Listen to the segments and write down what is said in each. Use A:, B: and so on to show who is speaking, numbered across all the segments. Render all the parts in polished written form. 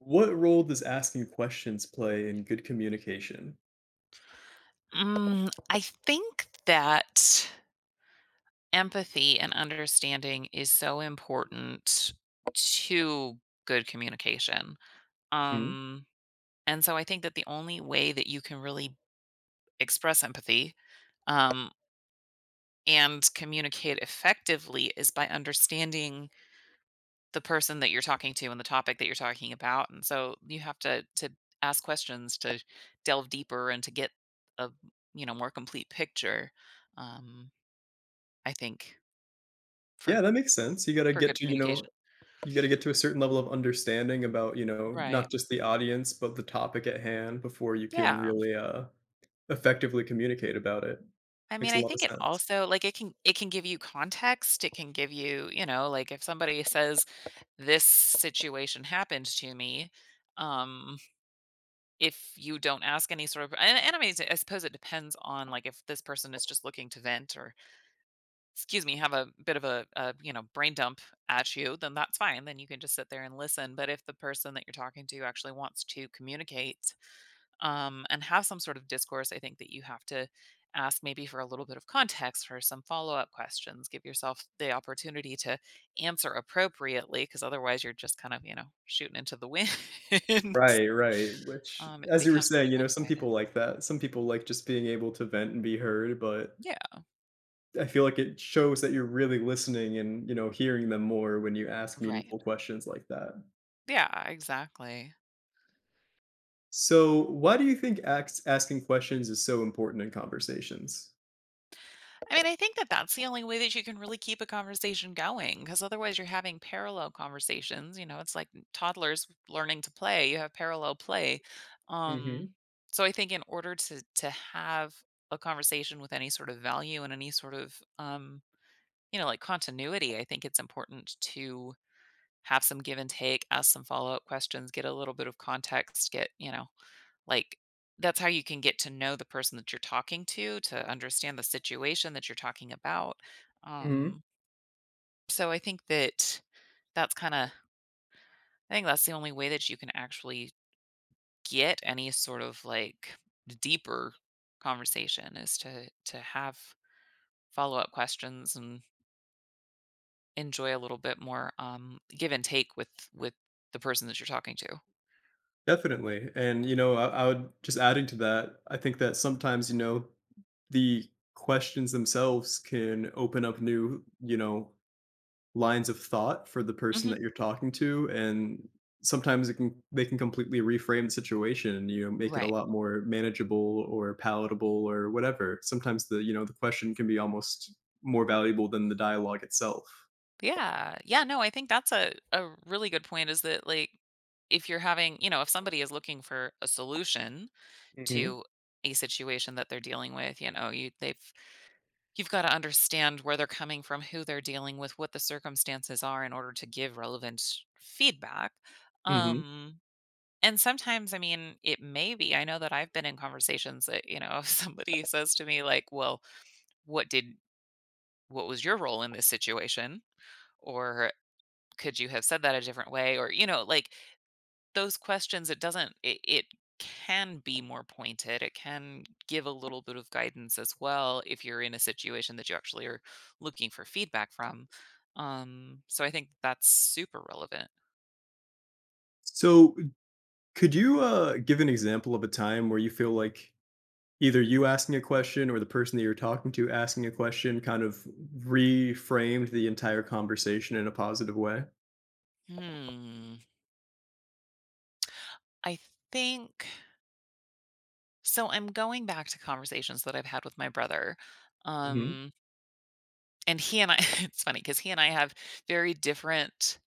A: What role does asking questions play in good communication?
B: I think that empathy and understanding is so important to good communication.
A: Mhm.
B: Um, and so I think that the only way that you can really express empathy um, and communicate effectively is by understanding the person that you're talking to and the topic that you're talking about. And so you have to ask questions to delve deeper and to get a more complete picture. Um, I think. For
A: Yeah, that makes sense. You gotta
B: for
A: get
B: good
A: to, you know,
B: communication.
A: you gotta get to a certain level of understanding about,
B: Right.
A: not just the audience, but the topic at hand before you can
B: Yeah.
A: really effectively communicate about it.
B: I mean,
A: Makes a
B: I
A: lot of
B: think it
A: sense.
B: also like, it can give you context, it can give you you know, like, if somebody says, "This situation happened to me," um, if you don't ask any sort of and I mean, I suppose it depends on, like, if this person is just looking to vent or, excuse me, have a bit of a, you know, brain dump at you, then that's fine, then you can just sit there and listen, but if the person that you're talking to actually wants to communicate and have some sort of discourse, I think that you have to ask maybe for a little bit of context for some follow up questions. Give yourself the opportunity to answer appropriately, because otherwise you're just kind of, you know, shooting into the wind.
A: Right, right. Which,
B: It
A: as you were
B: becomes
A: saying,
B: really
A: you know,
B: one
A: some
B: sided.
A: people like that. Some people like just being able to vent and be heard, but
B: Yeah,
A: I feel like it shows that you're really listening and hearing them more when you ask
B: right.
A: meaningful questions like that.
B: Yeah, exactly.
A: So, why do you think asking questions is so important in conversations?
B: I mean, I think that that's the only way that you can really keep a conversation going because otherwise you're having parallel conversations. You know, it's like toddlers learning to play, you have parallel play. Um,
A: Hmm.
B: so I think in order to have a conversation with any sort of value and any sort of you know, like continuity, I think it's important to have some give and take, ask some follow-up questions, get a little bit of context, get, you know, like, that's how you can get to know the person that you're talking to understand the situation that you're talking about.
A: Hmm.
B: Um, so I think that that's kinda. I think that's the only way that you can actually get any sort of, like, deeper conversation is to have follow-up questions and enjoy a little bit more give and take with the person that you're talking to.
A: Definitely. And I would just adding to that, I think that sometimes, the questions themselves can open up new, lines of thought for the person
B: Mhm.
A: that you're talking to. And sometimes they can completely reframe the situation and make it a
B: Right.
A: lot more manageable or palatable or whatever. Sometimes the question can be almost more valuable than the dialogue itself.
B: Yeah. Yeah, no, I think that's a really good point is that like if you're having, you know, if somebody is looking for a solution
A: Mhm,
B: to a situation that they're dealing with, you know, you they've you've got to understand where they're coming from, who they're dealing with, what the circumstances are in order to give relevant feedback.
A: mhm.
B: Um and sometimes I mean it may be I know that I've been in conversations that, you know, if somebody says to me like, "Well, what did. What was your role in this situation?" or "Could you have said that a different way?" or you know, like those questions, it doesn't it, it can be more pointed. It can give a little bit of guidance as well if you're in a situation that you actually are looking for feedback from. So I think that's super relevant.
A: So, could you give an example of a time where you feel like either you asking a question or the person that you're talking to asking a question kind of reframed the entire conversation in a positive way?
B: Hmm. I think so. I'm going back to conversations that I've had with my brother.
A: Mhm.
B: Um, and he and I, it's funny because he and I have very different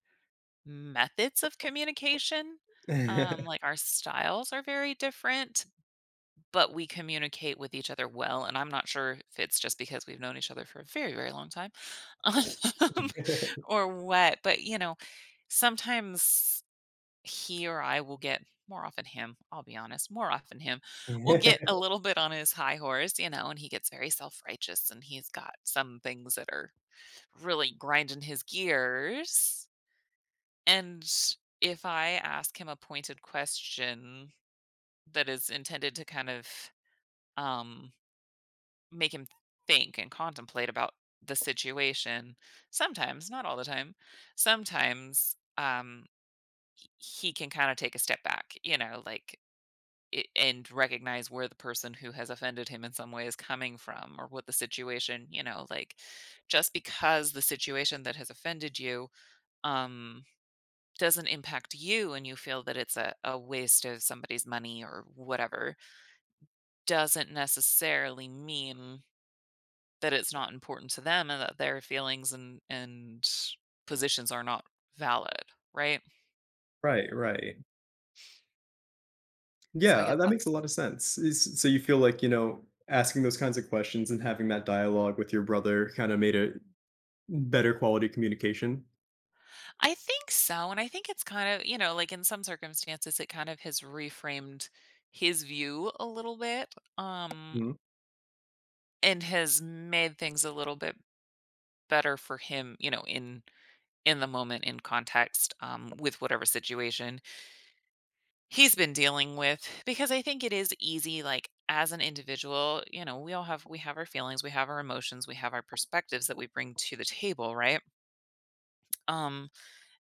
B: methods of communication. Like our styles are very different but we communicate with each other well. And I'm not sure if it's just because we've known each other for a very, very long time um, or what. But, you know, sometimes he or I will get. More often him, I'll be honest, more often him will get a little bit on his high horse, you know, and he gets very self righteous and he's got some things that are really grinding his gears. And if I ask him a pointed question that is intended to kind of, um, make him think and contemplate about the situation. Sometimes, not all the time. Sometimes he can kind of take a step back, you know, like and recognize where the person who has offended him in some way is coming from or what the situation, you know, like just because the situation that has offended you um doesn't impact you and you feel that it's a waste of somebody's money or whatever doesn't necessarily mean that it's not important to them and that their feelings and positions are not valid, right?
A: Right, right.
B: So I
A: Yeah,
B: guess
A: that makes a
B: that's
A: lot of sense. Is So you feel like, asking those kinds of questions and having that dialogue with your brother kinda made a better quality communication?
B: I think so, and I think it's kind of, you know, like in some circumstances it kind of has reframed his view a little bit,
A: Mhm.
B: and has made things a little bit better for him, you know, in the moment, in context, with whatever situation he's been dealing with because I think it is easy like as an individual, you know, we have our feelings, we have our emotions, we have our perspectives that we bring to the table, right? Um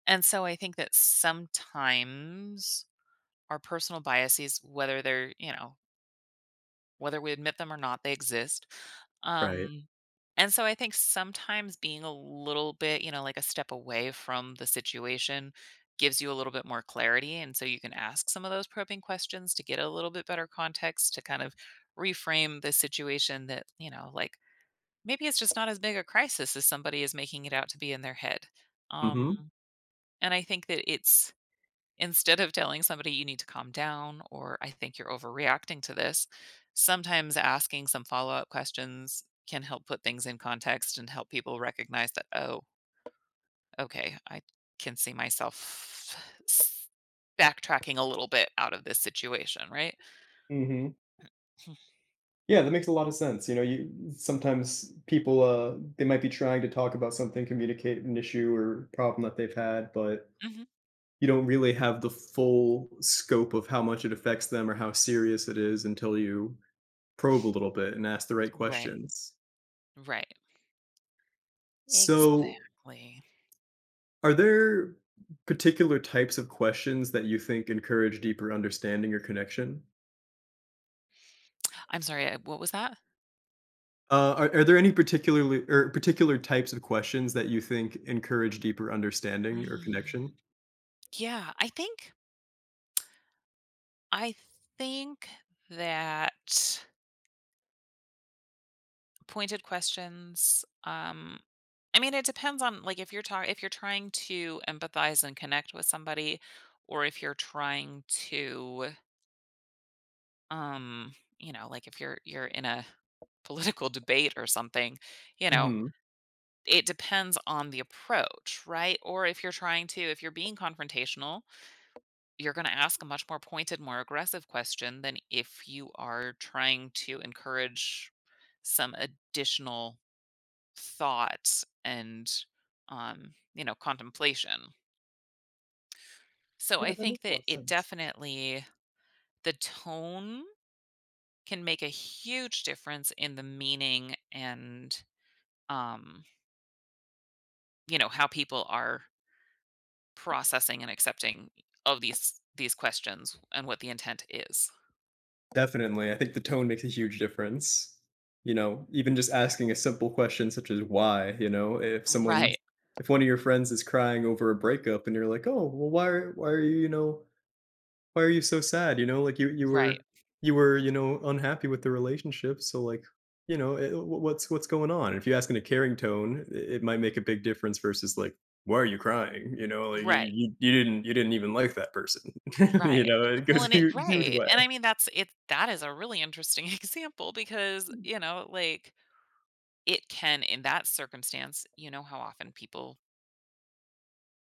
B: and so I think that sometimes our personal biases whether they're, you know, whether we admit them or not, they exist.
A: Right.
B: Um, and so I think sometimes being a little bit, you know, like a step away from the situation gives you a little bit more clarity. And so you can ask some of those probing questions to get a little bit better context to kind of reframe the situation that, you know, like maybe it's just not as big a crisis as somebody is making it out to be in their head. Um,
A: Mhm.
B: and I think that it's. Instead of telling somebody you need to calm down or I think you're overreacting to this, sometimes asking some follow up questions can help put things in context and help people recognize that, oh, okay, I can see myself s- backtracking a little bit out of this situation, right?
A: Mhm. Yeah, that makes a lot of sense. You know, you sometimes people they might be trying to talk about something, communicate an issue or problem that they've had, but
B: Hmm.
A: you don't really have the full scope of how much it affects them or how serious it is until you probe a little bit and ask the right
B: Right,
A: questions.
B: right.
A: So,
B: Exactly.
A: are there particular types of questions that you think encourage deeper understanding or connection?
B: I'm sorry, what was that?
A: Are there any particular types of questions that you think encourage deeper understanding or
B: Mm,
A: connection?
B: Yeah, I think that pointed questions. I mean, it depends on like if you're talking. If you're trying to empathize and connect with somebody, or if you're trying to, um, you know, like if you're in a political debate or something, you know,
A: Mhm.
B: it depends on the approach, right? Or if you're trying to, if you're being confrontational, you're going to ask a much more pointed, more aggressive question than if you are trying to encourage some additional thought and you know, contemplation. So
A: Yeah,
B: I
A: that
B: think
A: makes a lot
B: that
A: of
B: it
A: sense.
B: definitely the tone can make a huge difference in the meaning and um, you know, how people are processing and accepting of these questions and what the intent is.
A: Definitely, I think the tone makes a huge difference. You know, even just asking a simple question such as why, if
B: Right,
A: if one of your friends is crying over a breakup and you're like, "Oh, well, why are you, why are you so sad? You know, like you you
B: right,
A: were you were, unhappy with the relationship, so like, what's going on? If you ask in a caring tone, it might make a big difference versus like, why are you crying? You know, like you
B: right,
A: you, you didn't even like that person.
B: right.
A: It
B: Well,
A: goes a
B: and it
A: huge, huge
B: right.
A: way.
B: And I mean that's it that is a really interesting example because, you know, like it can in that circumstance you know how often people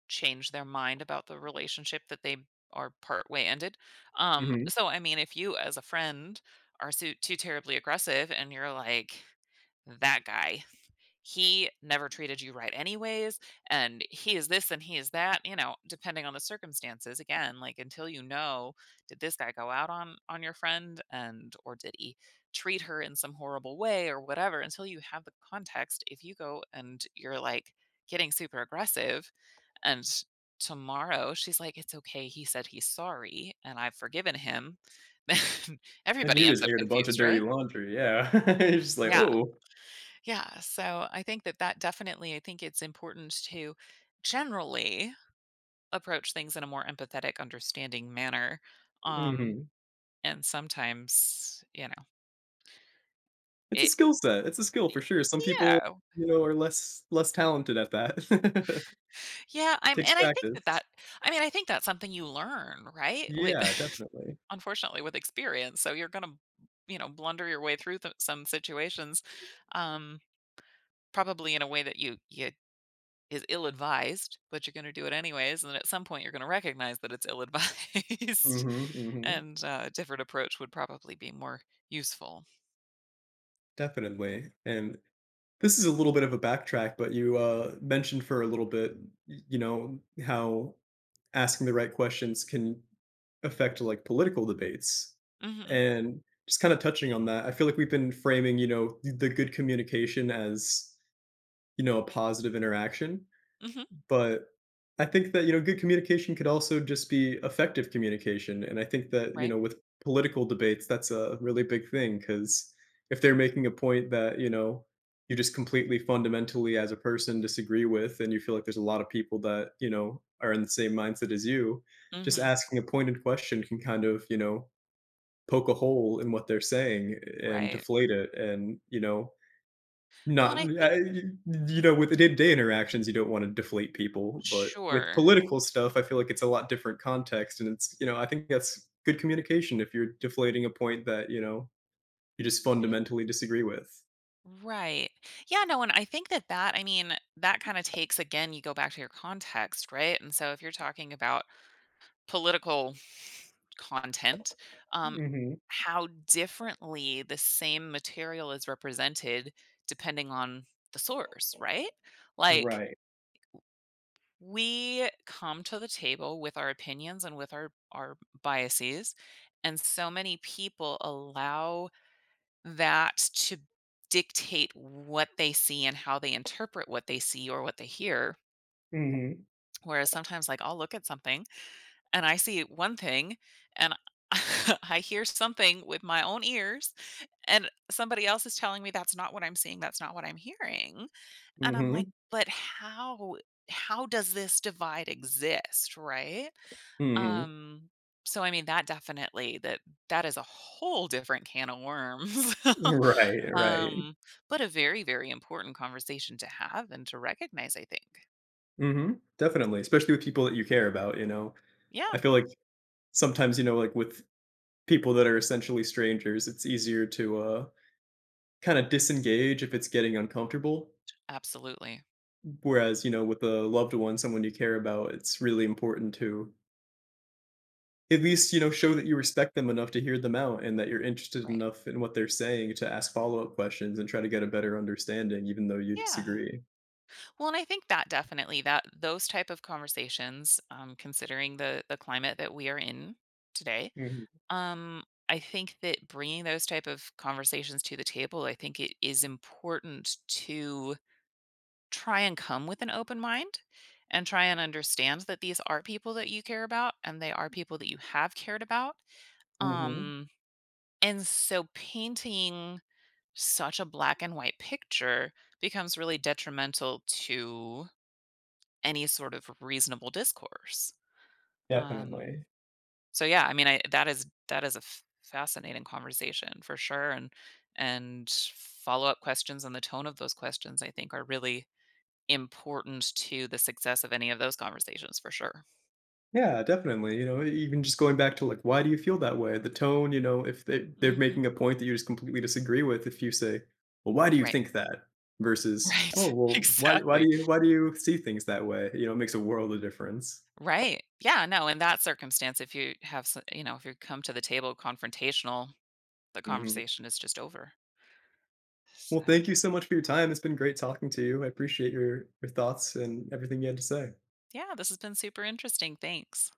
B: change their mind about the relationship that they are part way ended.
A: Hmm.
B: So I mean, if you as a friend are so, too terribly aggressive and you're like, that guy, he never treated you right anyways, and he is this and he is that, you know, depending on the circumstances. Again, like until you know, did this guy go out on your friend and or did he treat her in some horrible way or whatever? Until you have the context, if you go and you're like getting super aggressive and tomorrow she's like, it's okay. He said he's sorry and I've forgiven him. Then
A: And
B: everybody
A: you just
B: ends up
A: aired a bunch of
B: confused,
A: dirty
B: right?
A: laundry. Yeah, it's just like,
B: Yeah.
A: oh,
B: Yeah. So I think that that definitely, I think it's important to generally approach things in a more empathetic, understanding manner. Um,
A: Hmm.
B: and sometimes, you know,
A: It's a
B: it,
A: skill set. It's a skill for
B: it-
A: sure. Some people,
B: yeah,
A: you know, are less talented at that.
B: yeah, I'm
A: Takes
B: and I think that
A: practice.
B: that I mean, I think that's something you learn, right? With
A: Yeah, definitely.
B: unfortunately, with experience. So you're gonna, you know, blunder your way through th some situations, um, probably in a way that you is ill-advised, but you're gonna do it anyways, and then at some point you're gonna recognize that it's ill-advised,
A: Mhm, mhm,
B: and, a different approach would probably be more useful.
A: definitely, and this is a little bit of a backtrack, but you mentioned for a little bit, y you know, how asking the right questions can affect, like, political debates,
B: Mhm,
A: and just kinda touching on that, I feel like we've been framing, the good communication as, a positive interaction.
B: mhm,
A: But I think that, good communication could also just be effective communication, and I think that, you
B: right,
A: know, with political debates, that's a really big thing because if they're making a point that, you just completely fundamentally as a person disagree with and you feel like there's a lot of people that, are in the same mindset as you, just
B: mhm,
A: asking a pointed question can kind of, poke a hole in what they're saying and
B: right.
A: deflate it and, you know,
B: Well,
A: not
B: and I
A: uh,
B: think
A: you you know, with the day-to-day interactions, you don't wanna deflate people, but with
B: sure.
A: political stuff, I feel like it's a lot different context, and I think that's good communication if you're deflating a point that, you just fundamentally disagree with.
B: Right. Yeah, no, and I think that I mean, that kinda takes again, you go back to your context, right? And so if you're talking about political content, um,
A: Mhm.
B: how differently the same material is represented depending on the source, right? Like,
A: Right.
B: we come to the table with our opinions and with our biases, and so many people allow that to dictate what they see and how they interpret what they see or what they hear.
A: Mhm.
B: Whereas sometimes, like, I'll look at something and I see one thing and I hear something with my own ears, and somebody else is telling me that's not what I'm seeing, that's not what I'm hearing. And I'm like,
A: Mhm.
B: but how? How does this divide exist, right?
A: Mhm.
B: Um, so I mean, that definitely that that is a whole different can of worms.
A: Right, right.
B: Um, but a very, very important conversation to have and to recognize, I think.
A: Mhm. Definitely, especially with people that you care about, you know? I
B: Yeah,
A: feel like sometimes, like with people that are essentially strangers, it's easier to kind of disengage if it's getting uncomfortable.
B: absolutely.
A: Whereas, with a loved one, someone you care about, it's really important to at least, show that you respect them enough to hear them out and that you're interested
B: Right.
A: enough in what they're saying to ask follow up questions and try to get a better understanding, even though you
B: Yeah.
A: disagree.
B: Well, and I think that definitely that those type of conversations, considering the climate that we are in today,
A: Hmm.
B: um, I think that bringing those type of conversations to the table, I think it is important to try and come with an open mind and try and understand that these are people that you care about and they are people that you have cared about.
A: Hmm.
B: Um, and so painting such a black and white picture becomes really detrimental to any sort of reasonable discourse. Um,
A: Definitely.
B: so yeah, I mean, I, that is a fascinating conversation for sure, and follow up questions and the tone of those questions I think are really important to the success of any of those conversations for sure.
A: Yeah, definitely. Even just going back to like, why do you feel that way? The tone, if they're
B: Mhm.
A: making a point that you just completely disagree with, if you say, "Well, why do you
B: Right.
A: think that?" versus, "Oh,
B: Right.
A: well,
B: Exactly.
A: why do you see things that way?" It makes a world of difference.
B: Right. Yeah, no, in that circumstance, if you have s you know, if you come to the table confrontational, the
A: Hmm.
B: conversation is just over.
A: Well, thank
B: So,
A: you so much for your time. It's been great talking to you. I appreciate your thoughts and everything you had to say.
B: yeah, this has been super interesting. Thanks.